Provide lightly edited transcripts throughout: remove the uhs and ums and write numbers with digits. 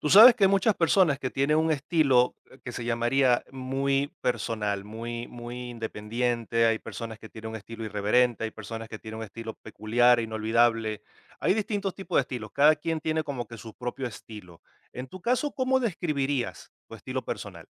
Tú sabes que hay muchas personas que tienen un estilo que se llamaría muy personal, muy independiente. Hay personas que tienen un estilo irreverente, hay personas que tienen un estilo peculiar, inolvidable. Hay distintos tipos de estilos. Cada quien tiene como que su propio estilo. En tu caso, ¿cómo describirías tu estilo personal?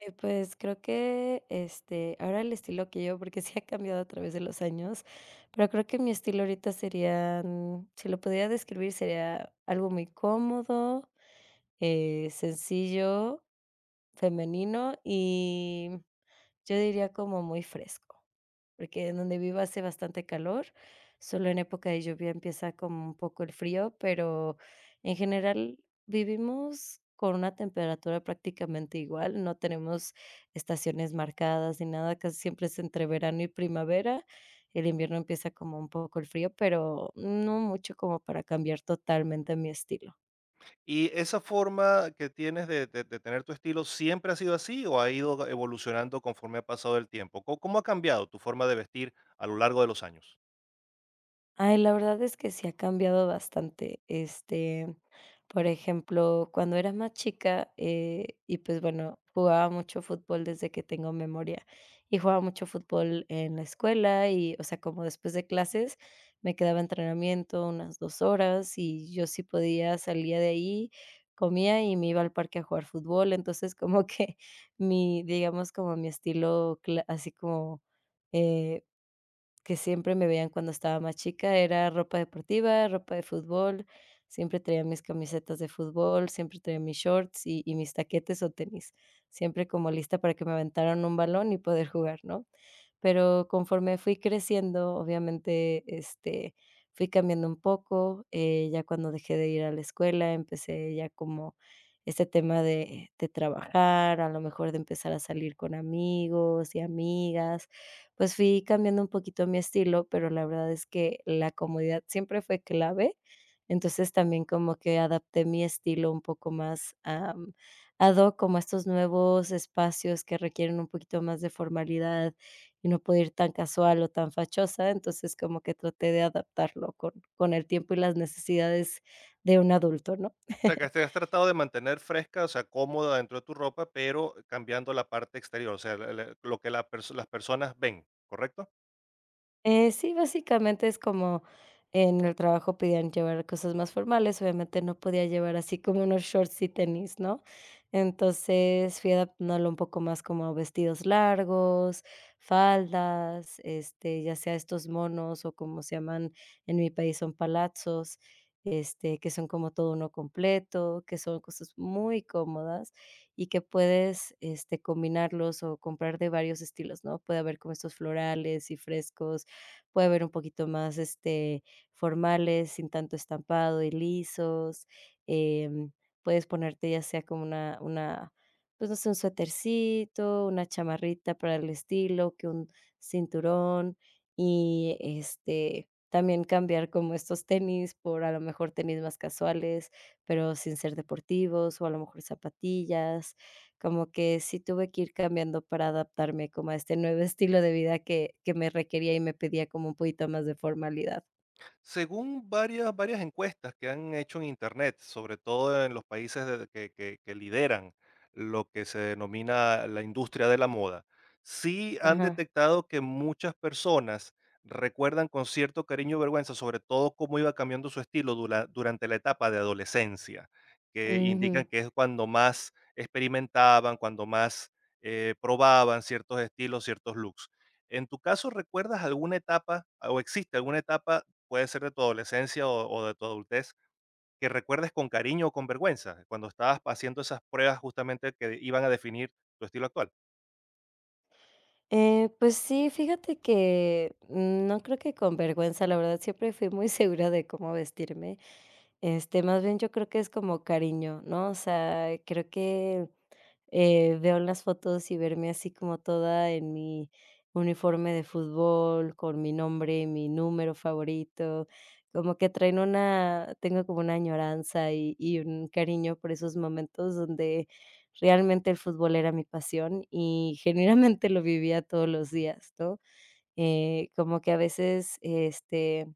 Pues creo que, ahora el estilo que yo porque sí ha cambiado a través de los años, pero creo que mi estilo ahorita serían, si lo pudiera describir, sería algo muy cómodo, sencillo, femenino y yo diría como muy fresco, porque en donde vivo hace bastante calor, solo en época de lluvia empieza como un poco el frío, pero en general vivimos con una temperatura prácticamente igual, no tenemos estaciones marcadas ni nada, casi siempre es entre verano y primavera. El invierno empieza como un poco el frío, pero no mucho como para cambiar totalmente mi estilo. ¿Y esa forma que tienes de tener tu estilo siempre ha sido así o ha ido evolucionando conforme ha pasado el tiempo? ¿Cómo ha cambiado tu forma de vestir a lo largo de los años? Ay, la verdad es que sí ha cambiado bastante. Por ejemplo, cuando era más chica, y pues bueno, jugaba mucho fútbol desde que tengo memoria. Y jugaba mucho fútbol en la escuela y, o sea, como después de clases, me quedaba entrenamiento unas 2 horas y yo sí podía, salía de ahí, comía y me iba al parque a jugar fútbol. Entonces, como que mi digamos, como mi estilo cla así como, eh que siempre me veían cuando estaba más chica era ropa deportiva, ropa de fútbol, siempre traía mis camisetas de fútbol, siempre traía mis shorts y mis taquetes o tenis, siempre como lista para que me aventaran un balón y poder jugar, ¿no? Pero conforme fui creciendo, obviamente, fui cambiando un poco, ya cuando dejé de ir a la escuela, empecé ya como este tema de trabajar, a lo mejor de empezar a salir con amigos y amigas, pues fui cambiando un poquito mi estilo, pero la verdad es que la comodidad siempre fue clave. Entonces también como que adapté mi estilo un poco más, ad hoc como a estos nuevos espacios que requieren un poquito más de formalidad y no puedo ir tan casual o tan fachosa. Entonces, como que traté de adaptarlo con el tiempo y las necesidades de un adulto, ¿no? O sea, que te has tratado de mantener fresca, o sea, cómoda dentro de tu ropa, pero cambiando la parte exterior, o sea, lo que las personas ven, ¿correcto? Sí, básicamente es como en el trabajo pedían llevar cosas más formales, obviamente no podía llevar así como unos shorts y tenis, ¿no? Entonces fui adaptándolo un poco más como a vestidos largos, faldas, ya sea estos monos o como se llaman en mi país son palazos, este, que son como todo uno completo, que son cosas muy cómodas y que puedes combinarlos o comprar de varios estilos, ¿no? Puede haber como estos florales y frescos, puede haber un poquito más, formales, sin tanto estampado y lisos. Em, Puedes ponerte ya sea como una, pues, no sé, un suétercito, una chamarrita para el estilo, que un cinturón y, también cambiar como estos tenis por, a lo mejor, tenis más casuales, pero sin ser deportivos, o a lo mejor zapatillas. Como que sí tuve que ir cambiando para adaptarme como a este nuevo estilo de vida que me requería y me pedía como un poquito más de formalidad. Según varias encuestas que han hecho en Internet, sobre todo en los países que lideran lo que se denomina la industria de la moda, sí han Ajá. detectado que muchas personas recuerdan con cierto cariño y vergüenza, sobre todo cómo iba cambiando su estilo durante la etapa de adolescencia, que Ujú. indican que es cuando más experimentaban, cuando más probaban ciertos estilos, ciertos looks. En tu caso, ¿recuerdas alguna etapa o existe alguna etapa puede ser de tu adolescencia o de tu adultez, que recuerdes con cariño o con vergüenza, cuando estabas haciendo esas pruebas justamente que iban a definir tu estilo actual? Pues sí, fíjate que no creo que con vergüenza, la verdad siempre fui muy segura de cómo vestirme. Más bien yo creo que es como cariño, ¿no? O sea, creo que veo las fotos y verme así como toda en mi uniforme de fútbol, con mi nombre y mi número favorito, como que traen una, tengo como una añoranza y un cariño por esos momentos donde realmente el fútbol era mi pasión y genuinamente lo vivía todos los días, ¿no? Como que a veces,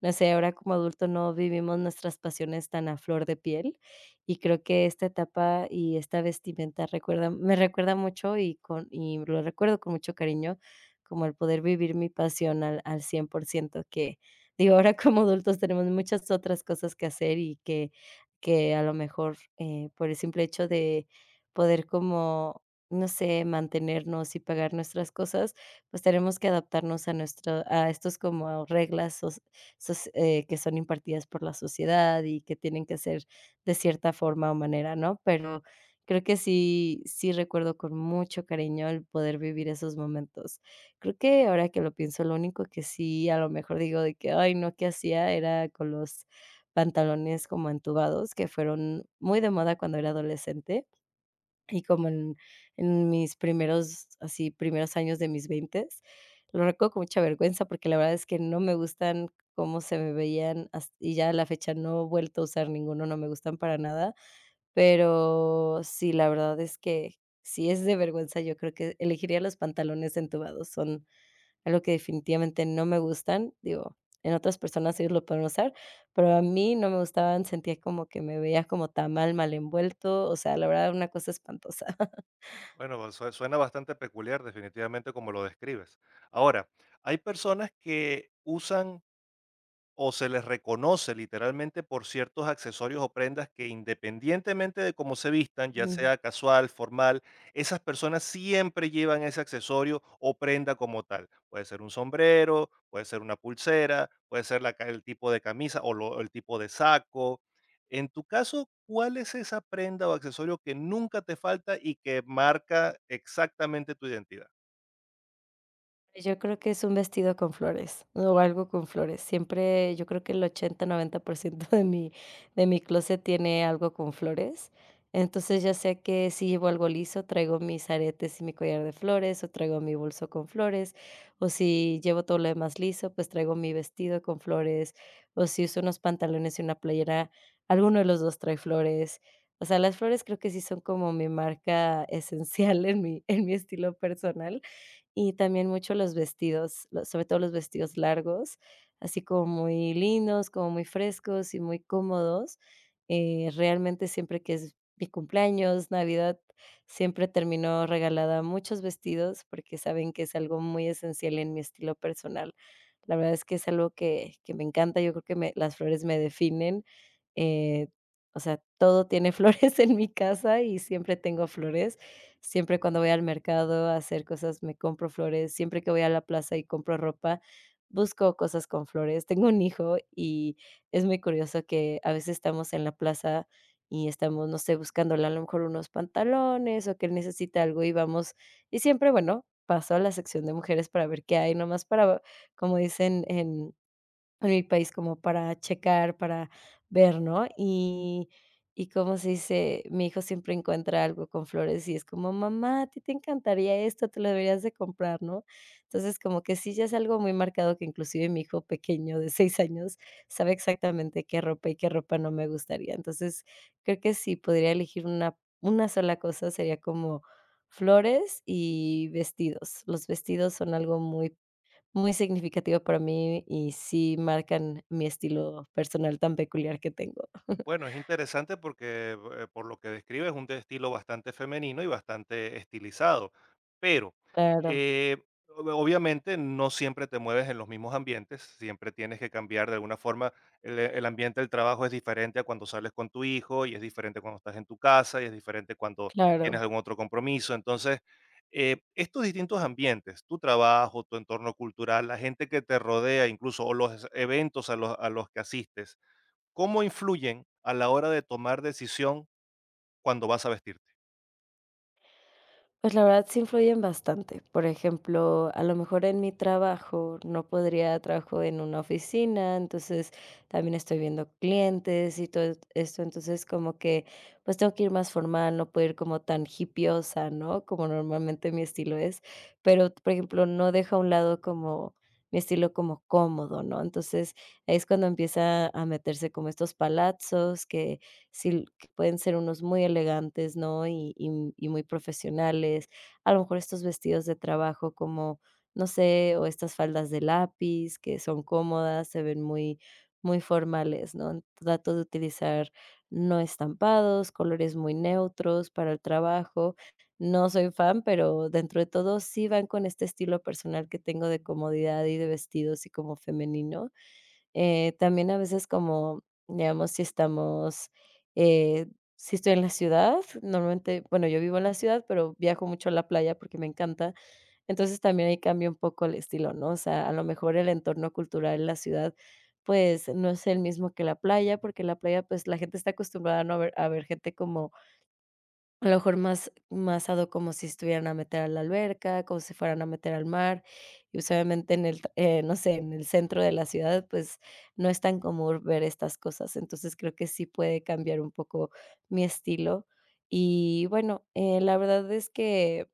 no sé, ahora como adulto no vivimos nuestras pasiones tan a flor de piel, y creo que esta etapa y esta vestimenta recuerda me recuerda mucho y con y lo recuerdo con mucho cariño, como el poder vivir mi pasión al 100% que, digo, ahora como adultos tenemos muchas otras cosas que hacer y que a lo mejor, por el simple hecho de poder como, no sé, mantenernos y pagar nuestras cosas, pues tenemos que adaptarnos a nuestro a estos como reglas soc soc que son impartidas por la sociedad y que tienen que ser de cierta forma o manera, ¿no? Pero creo que sí recuerdo con mucho cariño el poder vivir esos momentos. Creo que ahora que lo pienso, lo único que sí, a lo mejor digo de que: "Ay, no, ¿qué hacía?", era con los pantalones como entubados, que fueron muy de moda cuando era adolescente. Y como en mis primeros, así, primeros años de mis veintes, lo recuerdo con mucha vergüenza, porque la verdad es que no me gustan cómo se me veían, has y ya a la fecha no he vuelto a usar ninguno, no me gustan para nada. Pero sí, la verdad es que si es de vergüenza, yo creo que elegiría los pantalones entubados, son algo que definitivamente no me gustan, digo, en otras personas ellos lo pueden usar, pero a mí no me gustaban, sentía como que me veía como tamal mal envuelto, o sea, la verdad, una cosa espantosa. Bueno, suena bastante peculiar definitivamente como lo describes. Ahora, hay personas que usan o se les reconoce literalmente por ciertos accesorios o prendas que independientemente de cómo se vistan, ya sea casual, formal, esas personas siempre llevan ese accesorio o prenda como tal. Puede ser un sombrero, puede ser una pulsera, puede ser el tipo de camisa o el tipo de saco. En tu caso, ¿cuál es esa prenda o accesorio que nunca te falta y que marca exactamente tu identidad? Pues, yo creo que es un vestido con flores, o algo con flores. Siempre, yo creo que el ochenta noventa por ciento de mi closet tiene algo con flores. Entonces, ya sea que si llevo algo liso, traigo mis aretes y mi collar de flores, o traigo mi bolso con flores, o si llevo todo lo demás liso, pues traigo mi vestido con flores, o si uso unos pantalones y una playera, alguno de los 2 trae flores. O sea, las flores creo que sí son como mi marca esencial en mi estilo personal. Y también mucho los vestidos, lo sobre todo los vestidos largos, así como muy lindos, como muy frescos y muy cómodos. Realmente siempre que es mi cumpleaños, Navidad, siempre termino regalada muchos vestidos porque saben que es algo muy esencial en mi estilo personal. La verdad es que es algo que me encanta, yo creo que me las flores me definen, eh, o sea, todo tiene flores en mi casa y siempre tengo flores. Siempre cuando voy al mercado a hacer cosas, me compro flores. Siempre que voy a la plaza y compro ropa, busco cosas con flores. Tengo un hijo y es muy curioso que a veces estamos en la plaza y estamos, no sé, buscándole a lo mejor unos pantalones o que él necesita algo y vamos y siempre, bueno, paso a la sección de mujeres para ver qué hay, nomás para, como dicen en el país como para checar, para ver, ¿no? Y cómo se dice, mi hijo siempre encuentra algo con flores y es como: "Mamá, a ti te encantaría esto, te lo deberías de comprar", ¿no? Entonces, como que sí, ya es algo muy marcado que inclusive mi hijo pequeño de 6 años sabe exactamente qué ropa y qué ropa no me gustaría. Entonces, creo que sí podría elegir una sola cosa, sería como flores y vestidos. Los vestidos son algo muy muy significativa para mí y sí marcan mi estilo personal tan peculiar que tengo. Bueno, es interesante porque por lo que describe es un estilo bastante femenino y bastante estilizado, pero Claro, eh, obviamente no siempre te mueves en los mismos ambientes, siempre tienes que cambiar de alguna forma. El ambiente del trabajo es diferente a cuando sales con tu hijo y es diferente cuando estás en tu casa y es diferente cuando tienes claro. algún otro compromiso. Entonces, estos distintos ambientes, tu trabajo, tu entorno cultural, la gente que te rodea, incluso o los eventos a los que asistes, ¿cómo influyen a la hora de tomar decisión cuando vas a vestirte? Pues la verdad sí influyen bastante. Por ejemplo, a lo mejor en mi trabajo no podría trabajo en una oficina, entonces también estoy viendo clientes y todo esto, entonces como que pues tengo que ir más formal, no puedo ir como tan hipiosa, ¿no? Como normalmente mi estilo es, pero por ejemplo no dejo a un lado como mi estilo como cómodo, ¿no? Entonces ahí es cuando empieza a meterse como estos palazos que si que pueden ser unos muy elegantes, ¿no? Y muy profesionales. A lo mejor estos vestidos de trabajo como, no sé, o estas faldas de lápiz que son cómodas, se ven muy muy formales, ¿no? Trato de utilizar no estampados, colores muy neutros para el trabajo. No soy fan, pero dentro de todo sí van con este estilo personal que tengo de comodidad y de vestidos y como femenino. También a veces como, digamos, si estamos, eh, si estoy en la ciudad, normalmente, bueno, yo vivo en la ciudad, pero viajo mucho a la playa porque me encanta. Entonces también ahí cambia un poco el estilo, ¿no? O sea, a lo mejor el entorno cultural en la ciudad, pues no es el mismo que la playa, porque en la playa, pues la gente está acostumbrada ¿no? A ver gente como a lo mejor más ado como si estuvieran a meter a la alberca, como si fueran a meter al mar, y pues, obviamente en el t no sé, en el centro de la ciudad, pues, no es tan común ver estas cosas. Entonces, creo que sí puede cambiar un poco mi estilo. Y bueno, la verdad es que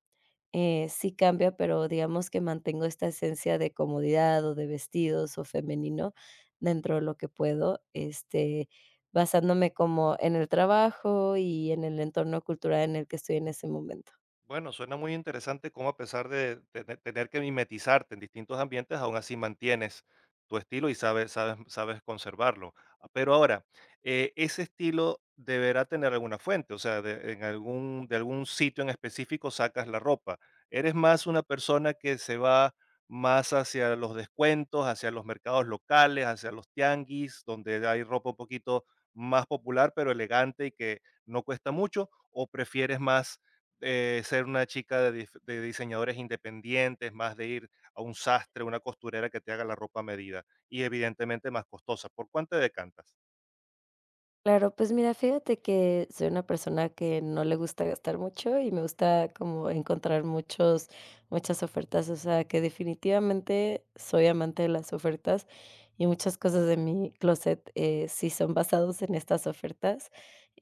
sí cambia, pero digamos que mantengo esta esencia de comodidad, o de vestidos, o femenino dentro de lo que puedo, basándome como en el trabajo y en el entorno cultural en el que estoy en ese momento. Bueno, suena muy interesante cómo a pesar de tener que mimetizarte en distintos ambientes, aún así mantienes tu estilo y sabes conservarlo. Ah, pero ahora, ese estilo deberá tener alguna fuente, o sea, de, en algún, de algún sitio en específico sacas la ropa. ¿Eres más una persona que se va más hacia los descuentos, hacia los mercados locales, hacia los tianguis, donde hay ropa un poquito más popular, pero elegante y que no cuesta mucho? ¿O prefieres más ser una chica de, de diseñadores independientes, más de ir a un sastre, una costurera que te haga la ropa a medida y evidentemente más costosa? ¿Por cuánto te decantas? Claro, pues mira, fíjate que soy una persona que no le gusta gastar mucho y me gusta como encontrar muchos muchas ofertas, o sea, que definitivamente soy amante de las ofertas y muchas cosas de mi closet sí son basados en estas ofertas.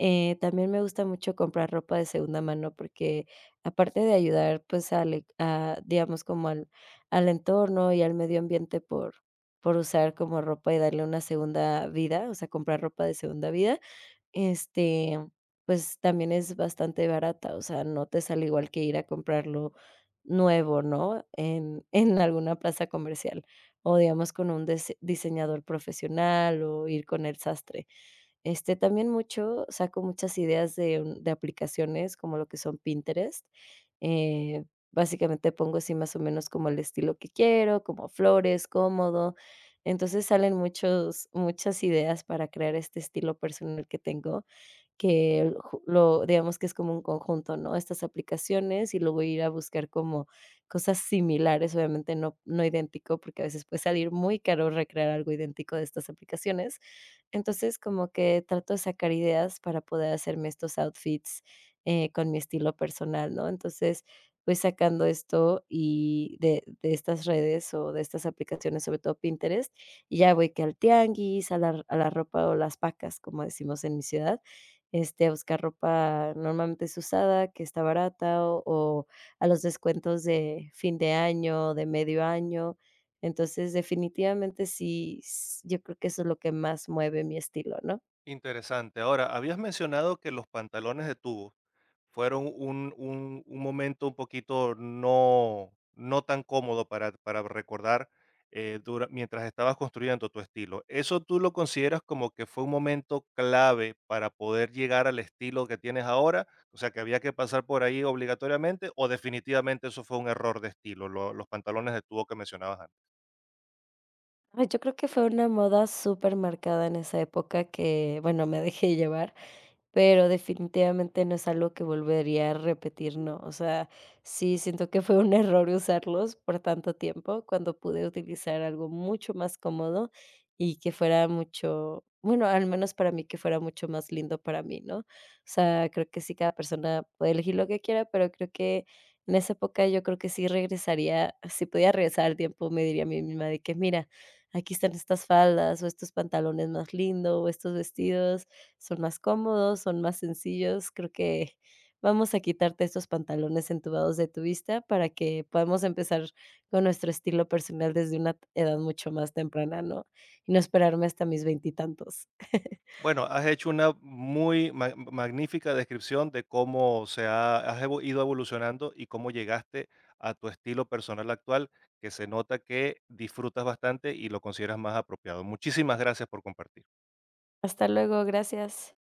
También me gusta mucho comprar ropa de segunda mano porque aparte de ayudar, pues, al e a, digamos, como al entorno y al medio ambiente por usar como ropa y darle una segunda vida, o sea, comprar ropa de segunda vida. Este, pues, también es bastante barata, o sea, no te sale igual que ir a comprarlo nuevo, ¿no? En en alguna plaza comercial, o digamos con un dise diseñador profesional, o ir con el sastre. También mucho saco muchas ideas de un de aplicaciones, como lo que son Pinterest, eh, básicamente pongo así más o menos como el estilo que quiero, como flores, cómodo. Entonces, salen muchos muchas ideas para crear este estilo personal que tengo que ju lo digamos que es como un conjunto, ¿no? Estas aplicaciones y luego ir a buscar como cosas similares, obviamente no idéntico, porque a veces puede salir muy caro recrear algo idéntico de estas aplicaciones. Entonces, como que trato de sacar ideas para poder hacerme estos outfits, con mi estilo personal, ¿no? Entonces, voy sacando esto y de estas redes o de estas aplicaciones, sobre todo Pinterest, y ya voy que al tianguis, a la ropa o las pacas, como decimos en mi ciudad, a buscar ropa normalmente es usada, que está barata, o a los descuentos de fin de año, de medio año. Entonces, definitivamente sí, s yo creo que eso es lo que más mueve mi estilo, ¿no? Interesante. Ahora, habías mencionado que los pantalones de tubo fueron un momento un poquito no tan cómodo para recordar, dura mientras estabas construyendo tu estilo. ¿Eso tú lo consideras como que fue un momento clave para poder llegar al estilo que tienes ahora? O sea, ¿que había que pasar por ahí obligatoriamente, o definitivamente eso fue un error de estilo, lo los pantalones de tubo que mencionabas antes? Ay, yo creo que fue una moda supermarcada en esa época que, bueno, me dejé llevar, pero definitivamente no es algo que volvería a repetir, no. O sea, sí siento que fue un error usarlos por tanto tiempo, cuando pude utilizar algo mucho más cómodo y que fuera mucho, bueno, al menos para mí, que fuera mucho más lindo para mí, ¿no? O sea, creo que sí, cada persona puede elegir lo que quiera, pero creo que en esa época yo creo que sí regresaría, si podía regresar al tiempo, me diría a mí misma de que, mira, aquí están estas faldas o estos pantalones más lindos o estos vestidos son más cómodos, son más sencillos. Creo que vamos a quitarte estos pantalones entubados de tu vista para que podamos empezar con nuestro estilo personal desde una edad mucho más temprana, ¿no? Y no esperarme hasta mis veintitantos. Bueno, has hecho una muy magnífica descripción de cómo se ha, has ido evolucionando y cómo llegaste a tu estilo personal actual, que se nota que disfrutas bastante y lo consideras más apropiado. Muchísimas gracias por compartir. Hasta luego, gracias.